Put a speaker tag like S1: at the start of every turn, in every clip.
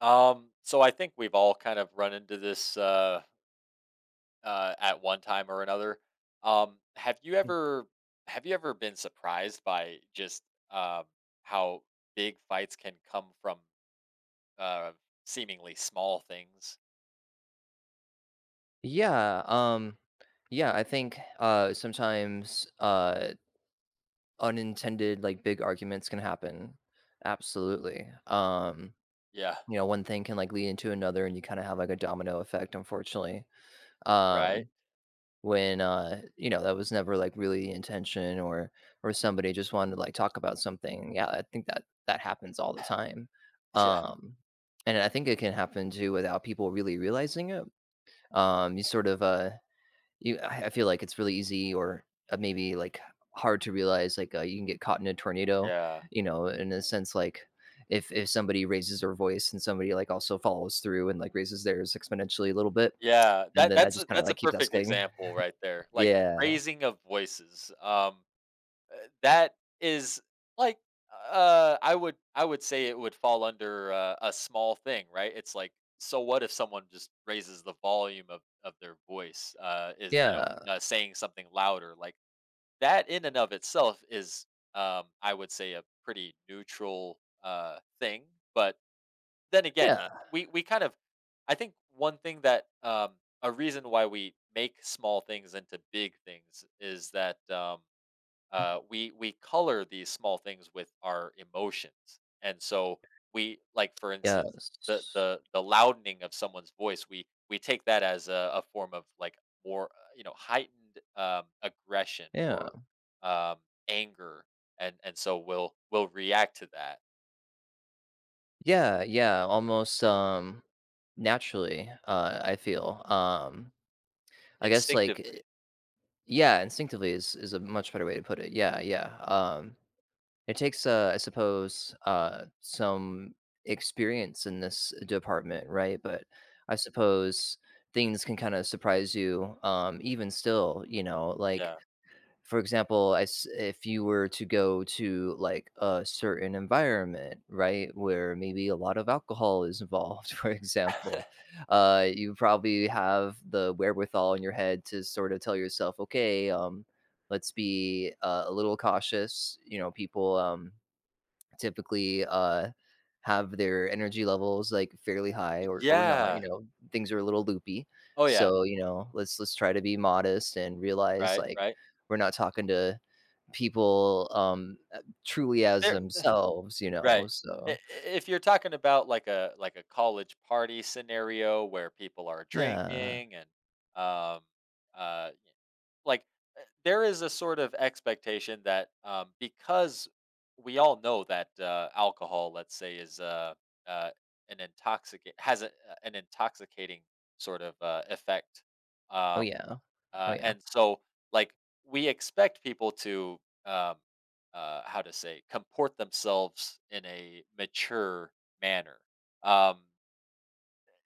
S1: So I think we've all kind of run into this at one time or another. Have you ever have you ever been surprised by just um, how big fights can come from uh, seemingly small things?
S2: Yeah, yeah, I think sometimes unintended, like, big arguments can happen. Absolutely.
S1: Yeah.
S2: One thing can, like, lead into another, and you kind of have like a domino effect, unfortunately.
S1: Right.
S2: Um, when that was never like really the intention, or somebody just wanted to, like, talk about something. Yeah, I think that that happens all the time.
S1: Yeah.
S2: Um, and I think it can happen too without people really realizing it. You sort of You I feel like it's really easy or, maybe, like, hard to realize, like, you can get caught in a tornado,
S1: Yeah.
S2: in a sense, like, if somebody raises their voice and somebody, like, also follows through and, like, raises theirs exponentially a little bit,
S1: Yeah.
S2: and
S1: That
S2: then that
S1: that's
S2: just
S1: a,
S2: kinda,
S1: that's a
S2: like, keeps
S1: perfect
S2: escalating.
S1: example right there. Like
S2: Yeah.
S1: raising of voices. That is like, I would say it would fall under a small thing, right? It's like, so what if someone just raises the volume of their voice, is
S2: Yeah.
S1: saying something louder, like that in and of itself is I would say a pretty neutral thing, but then again,
S2: Yeah.
S1: we kind of, I think one thing that a reason why we make small things into big things is that we color these small things with our emotions. And so we, like, for instance, the
S2: Yes.
S1: the loudening of someone's voice, we take that as a form of like more heightened aggression
S2: Yeah.
S1: or um, anger. And so we'll react to that
S2: Yeah, yeah, almost, naturally, I feel, I guess, like,
S1: instinctively.
S2: yeah, instinctively is a much better way to put it. Yeah, yeah. It takes, I suppose, some experience in this department, right? But I suppose things can kind of surprise you, even still, like,
S1: Yeah.
S2: for example, I s if you were to go to like a certain environment, right, where maybe a lot of alcohol is involved, for example, you probably have the wherewithal in your head to sort of tell yourself, okay, let's be a little cautious. People typically, have their energy levels, like, fairly high or not,
S1: Yeah.
S2: things are a little loopy.
S1: Oh yeah.
S2: So, let's try to be modest and realize,
S1: Right,
S2: like,
S1: right
S2: we're not talking to people, truly as
S1: there.
S2: themselves,
S1: Right. I- i-
S2: so.
S1: If you're talking about like a college party scenario where people are
S2: Yeah.
S1: drinking and, um uh y- like there is a sort of expectation that, because we all know that alcohol, let's say, is uh an intoxicant, has a- an intoxicating sort of effect.
S2: Oh,
S1: um
S2: yeah. Oh, yeah.
S1: and so, like, we expect people to, um, how to say, comport themselves in a mature manner. Um,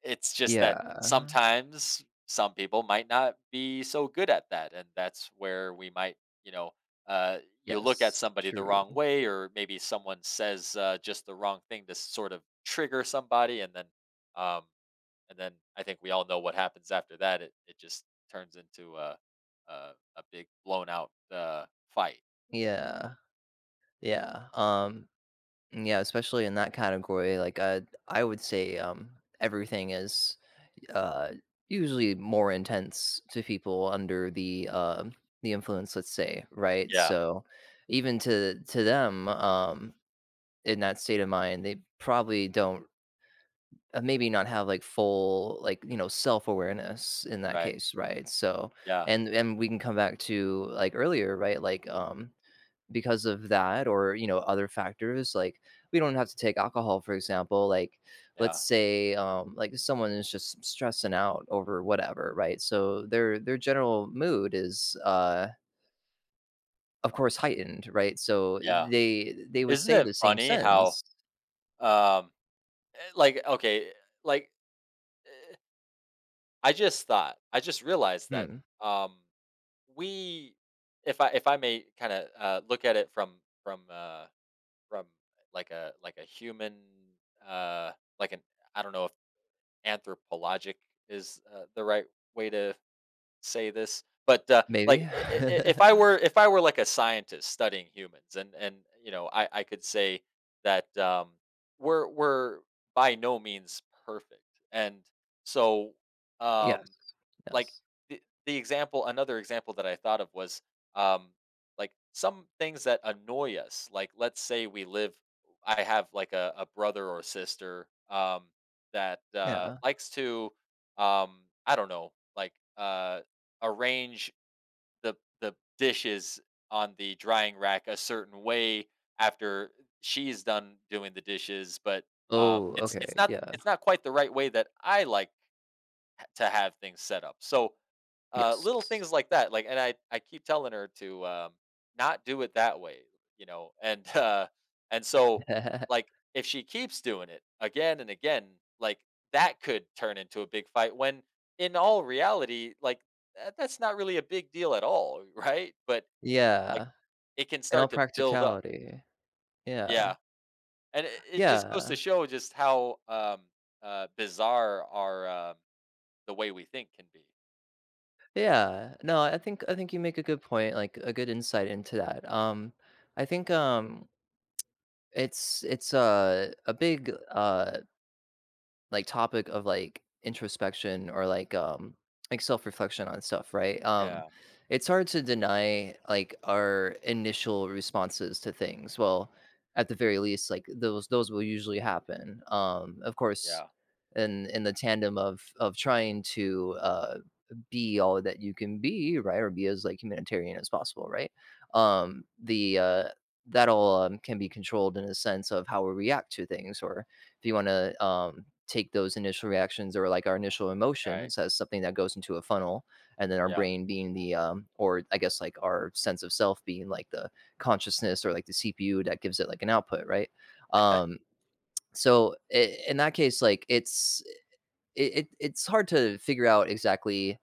S1: it's just that
S2: Yeah.
S1: sometimes some people might not be so good at that. And that's where we might, you know, uh, you look at
S2: Yes.
S1: somebody the wrong
S2: True.
S1: way, or maybe someone says, just the wrong thing to sort of trigger somebody. Um, and then I think we all know what happens after that. It just turns into a, a big blown out fight.
S2: Yeah. Yeah. Yeah, especially in that category, like, I would say, everything is uh, usually more intense to people under the influence, let's say, right?
S1: Yeah.
S2: So even to them, in that state of mind, they probably don't, maybe not, have like full like self awareness in that
S1: Right.
S2: case, right? So
S1: Yeah.
S2: and we can come back to like earlier, right? Like because of that or other factors, like, we don't have to take alcohol for example, like, let's
S1: Yeah.
S2: say, like someone is just stressing out over whatever, right? So their general mood is, of course, heightened, right? So
S1: Yeah.
S2: they would
S1: Isn't
S2: say
S1: it
S2: the same
S1: funny how,
S2: sentence.
S1: um like, okay, like, I just thought, I just realized that,
S2: Hmm.
S1: um we if I may kind of, look at it from from like a human, uh, like an I don't know if anthropologic is, the right way to say this, but
S2: Maybe.
S1: if I were, if I were like a scientist studying humans, and you know, I could say that, we're by no means perfect, and so,
S2: Yes.
S1: um, like,
S2: Yes.
S1: the example, another example that I thought of was, um, like, some things that annoy us, like, let's say we live, I have, like, a brother or sister, that,
S2: Yeah.
S1: likes to, I don't know, like, arrange the the dishes on the drying rack a certain way after she's done doing the dishes, but,
S2: Oh,
S1: it's
S2: okay.
S1: not,
S2: Yeah.
S1: it's not quite the right way that I like h to have things set up. So, little
S2: Yes.
S1: things like that, like, and I keep telling her to, not do it that way, you know, and, and so, like, if she keeps doing it again and again, like, that could turn into a big fight when in all reality, like, that that's not really a big deal at all, right? But, like,
S2: Yeah.
S1: it can
S2: In all
S1: start to build up.
S2: practicality. Yeah.
S1: Yeah, and it just goes to
S2: Yeah.
S1: show just how, bizarre our, the way we think can be.
S2: Yeah. No, I think you make a good point, like a good insight into that. I think, it's, it's a big, like, topic of, like, introspection, or, like, like self-reflection on stuff, right.
S1: Yeah,
S2: It's hard to deny, like, our initial responses to things, well, at the very least, like, those will usually happen, of course,
S1: yeah,
S2: in the tandem of trying to, be all that you can be, right, or be as like humanitarian as possible, right. The That all, can be controlled, in a sense, of how we react to things. Or if you want to, take those initial reactions or, like, our initial
S1: right,
S2: emotions as something that goes into a funnel, and then our
S1: yeah.
S2: brain being the, or I guess, like, our sense of self being like the consciousness or, like, the CPU that gives it like an output, right. um so I in that case, like, it's it, it it's hard to figure out exactly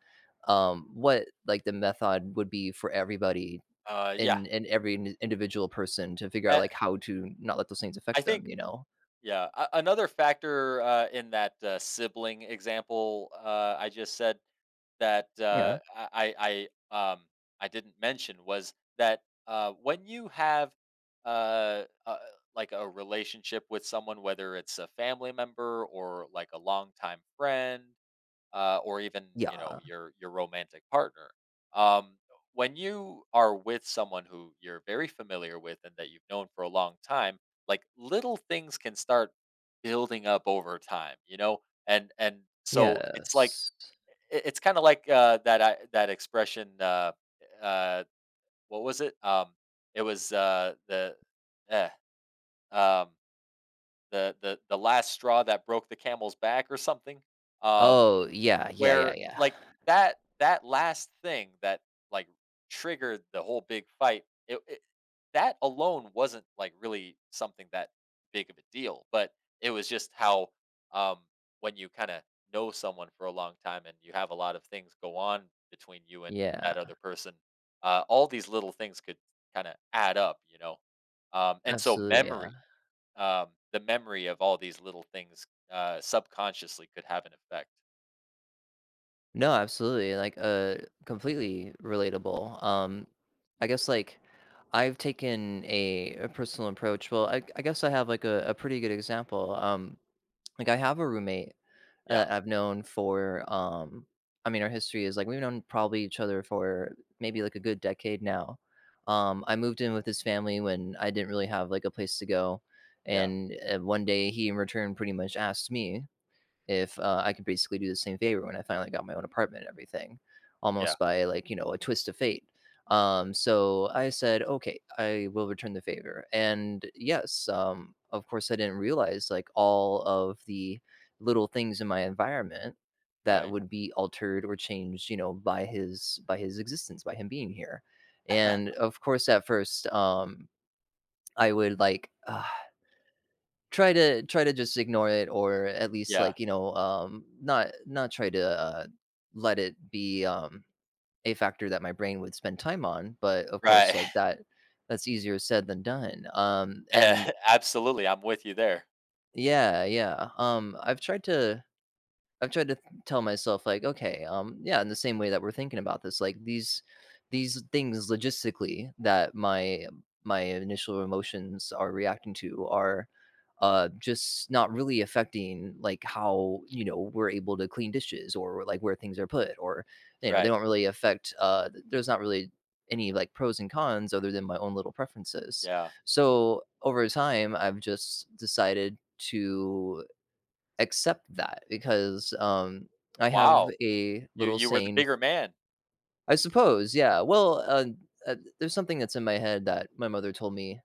S2: what, like, the method would be for everybody
S1: Yeah.
S2: and every individual person, to figure out
S1: Uh,
S2: like how to not let those things
S1: I
S2: affect them
S1: think,
S2: you know
S1: yeah, a another factor, in that, sibling example, I just said, that,
S2: Yeah.
S1: I didn't mention was that, when you have, uh, uh, like a relationship with someone, whether it's a family member or like a longtime friend, or even, you know,
S2: Yeah.
S1: your romantic partner. Um, when you are with someone who you're very familiar with and that you've known for a long time, like little things can start building up over time, you know, and so it's like,
S2: Yes.
S1: it's kind of like that I, that expression. Uh, what was it? It was, eh, um, the the last straw that broke the camel's back or something. Um,
S2: Oh, yeah, yeah, yeah,
S1: where,
S2: yeah.
S1: like, that that last thing that, like, triggered the whole big fight, it, that alone wasn't, like, really something that big of a deal, but it was just how, um, when you kinda know someone for a long time and you have a lot of things go on between you and
S2: Yeah,
S1: that other person, all these little things could kinda add up, you know? And so
S2: absolutely, yeah.
S1: memory, the memory of all these little things, subconsciously could have an effect.
S2: No, absolutely, like, completely relatable, I guess, like, I've taken a personal approach. Well, I guess I have, like, a pretty good example, like, I have a roommate
S1: Yeah,
S2: I've known for, I mean, our history is like we've known probably each other for maybe like a good decade now. I moved in with his family when I didn't really have like a place to go,
S1: yeah.
S2: and one day he in return pretty much asked me if, I could basically do the same favor when I finally got my own apartment and everything,
S1: Yeah,
S2: almost by, like, a twist of fate. So I said, okay, I will return the favor. And yes, of course, I didn't realize like all of the little things in my environment that
S1: right.
S2: would be altered or changed, by his existence, by him being here. And, of course, at first, I would, like, try to just ignore it, or at least,
S1: Yeah,
S2: like, not try to, let it be, a factor that my brain would spend time on, but, of course,
S1: right.
S2: like, that's easier said than done, and.
S1: Eh, absolutely, I'm with you there.
S2: Yeah, yeah, I've tried to tell myself, like, okay, yeah, in the same way that we're thinking about this, like, these things logistically, that my initial emotions are reacting to, are just not really affecting, like, how we're able to clean dishes, or like where things are put, or they
S1: Right,
S2: don't really affect, there's not really any, like, pros and cons other than my own little preferences.
S1: yeah.
S2: So over time I've just decided to accept that, because, I have
S1: Wow,
S2: a
S1: you
S2: little
S1: you were the
S2: saying.
S1: bigger man.
S2: I suppose, yeah. Well, there's something that's in my head that my mother told me,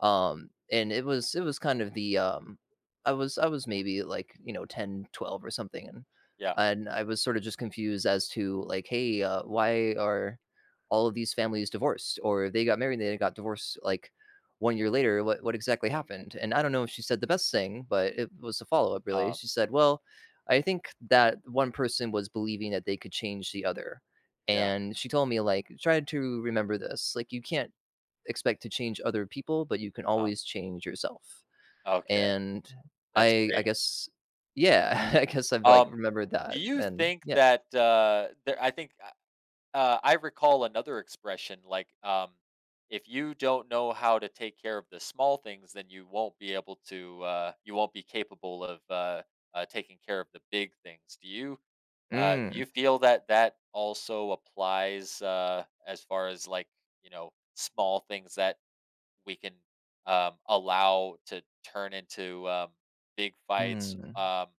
S2: and it was kind of the I was maybe like 10, 12 or something. and
S1: Yeah,
S2: and I was sort of just confused as to, like, hey, why are all of these families divorced? Or they got married and they got divorced like one year later? What exactly
S1: right.
S2: happened? And I don't know if she said the best thing, but it was a follow up really.
S1: Um,
S2: She said, well, I think that one person was believing that they could change the other,
S1: yeah,
S2: and she told me, like, "Try to remember this, like, you can't expect to change other people, but you can
S1: uh,
S2: always change yourself."
S1: okay,
S2: And
S1: that's
S2: I
S1: great.
S2: guess, yeah, I guess I've, like,
S1: Um,
S2: remembered
S1: do
S2: that,
S1: you
S2: and
S1: think
S2: yeah.
S1: that, there, I think, I recall another expression like, if you don't know how to take care of the small things, then you won't be able to, you won't be capable of, taking care of the big things. Do you
S2: Mm.
S1: feel that that also applies, as far as like, you know, small things that we can, allow to turn into, big fights?
S2: Mm.
S1: Um,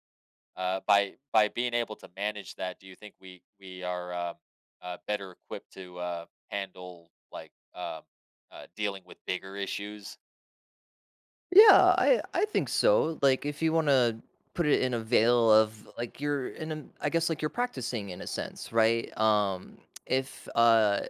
S1: uh, By being able to manage that, do you think we are, better equipped to, handle like, dealing with bigger issues?
S2: Yeah, I think so, like, if you wanna put it in a veil of, like, you're in a, I guess, like, you're practicing in a sense, right? If, uh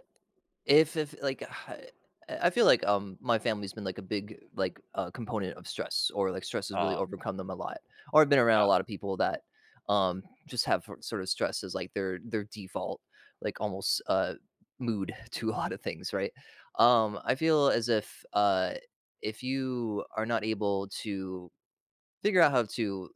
S2: If if like, I I feel like, my family's been, like, a big, like, component of stress, or, like, stress has really
S1: Uh,
S2: overcome them a lot, or I've been around
S1: yeah,
S2: a lot of people that, just have for sort of stress as, like, their default, like, almost, mood to a lot of things, right? I feel as if you are not able to figure out how to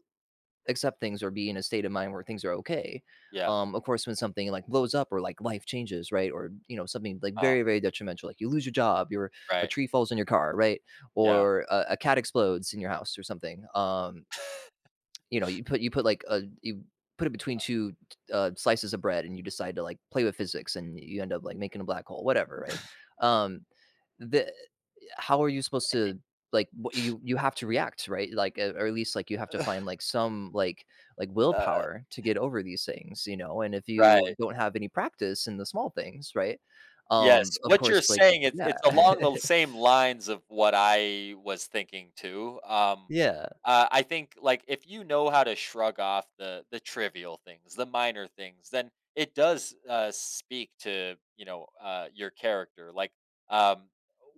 S2: accept things or be in a state of mind where things are okay.
S1: yeah.
S2: Of course, when something like blows up or like life changes, right? Or, something like
S1: Uh,
S2: very, very detrimental, like you lose your job, your a
S1: right.
S2: tree falls in your car, right?
S1: Yeah.
S2: Or a cat explodes in your house or something. You put it between two, slices of bread, and you decide to like play with physics, and you end up like making a black hole, whatever, right? Um, the How are you supposed to, like, what you have to react, right, like, or at least like you have to find, like, some like
S1: uh,
S2: willpower to get over these things, and if you
S1: Right.
S2: don't have any practice in the small things, right,
S1: Yes,
S2: of
S1: what
S2: course,
S1: you're
S2: like.
S1: saying,
S2: Yeah.
S1: it's along the same lines of what I was thinking too.
S2: Yeah.
S1: I think like, if you know how to shrug off the trivial things, the minor things, then it does, speak to, you know, your character. Like, um,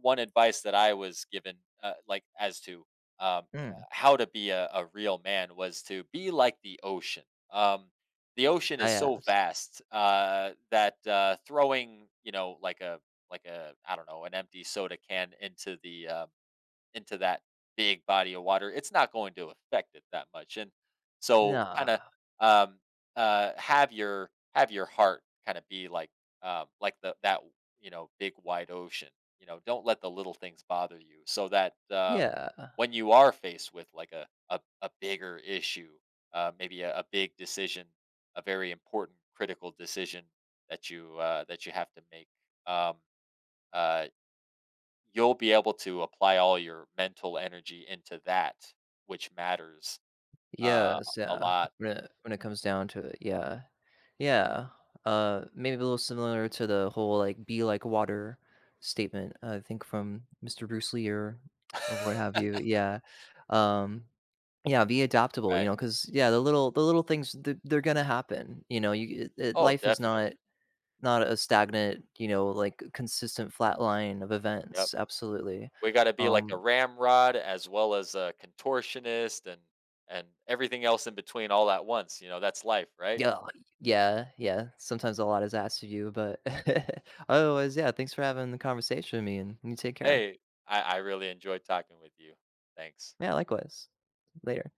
S1: one advice that I was given, like as to,
S2: Mm.
S1: how to be a real man, was to be like the ocean. Um, the ocean
S2: I
S1: is so
S2: asked.
S1: vast, that, throwing, you know, like a, I don't know, an empty soda can into the, into that big body of water, it's not going to affect it that much. And so kind of,
S2: Nah.
S1: um have your heart kind of be like, like the that you know, big wide ocean. You know, don't let the little things bother you so that,
S2: Yeah.
S1: when you are faced with like a bigger issue, maybe a big decision, a very important critical decision that you that you have to make, um uh you'll be able to apply all your mental energy into that, which matters, uh,
S2: Yes,
S1: a
S2: yeah.
S1: lot.
S2: When it comes down to it, yeah. Yeah. Maybe a little similar to the whole like be like water statement, I think from Mr. Bruce Lee, or what have you. Yeah. Um, yeah, be adaptable,
S1: Right.
S2: because yeah, the little things, they're gonna happen. You know, you it, it,
S1: Oh,
S2: life is not
S1: definitely.
S2: not a stagnant, like consistent flat line of
S1: Yep.
S2: events. Absolutely.
S1: We gotta be like a
S2: Um,
S1: ramrod as well as a contortionist, and everything else in between all at once, you know, that's life, right?
S2: Yeah, yeah, yeah, sometimes a lot is asked of you, but otherwise, yeah, thanks for having the conversation with me, and you take care.
S1: Hey, I really enjoyed talking with you. Thanks.
S2: Yeah, likewise. Later.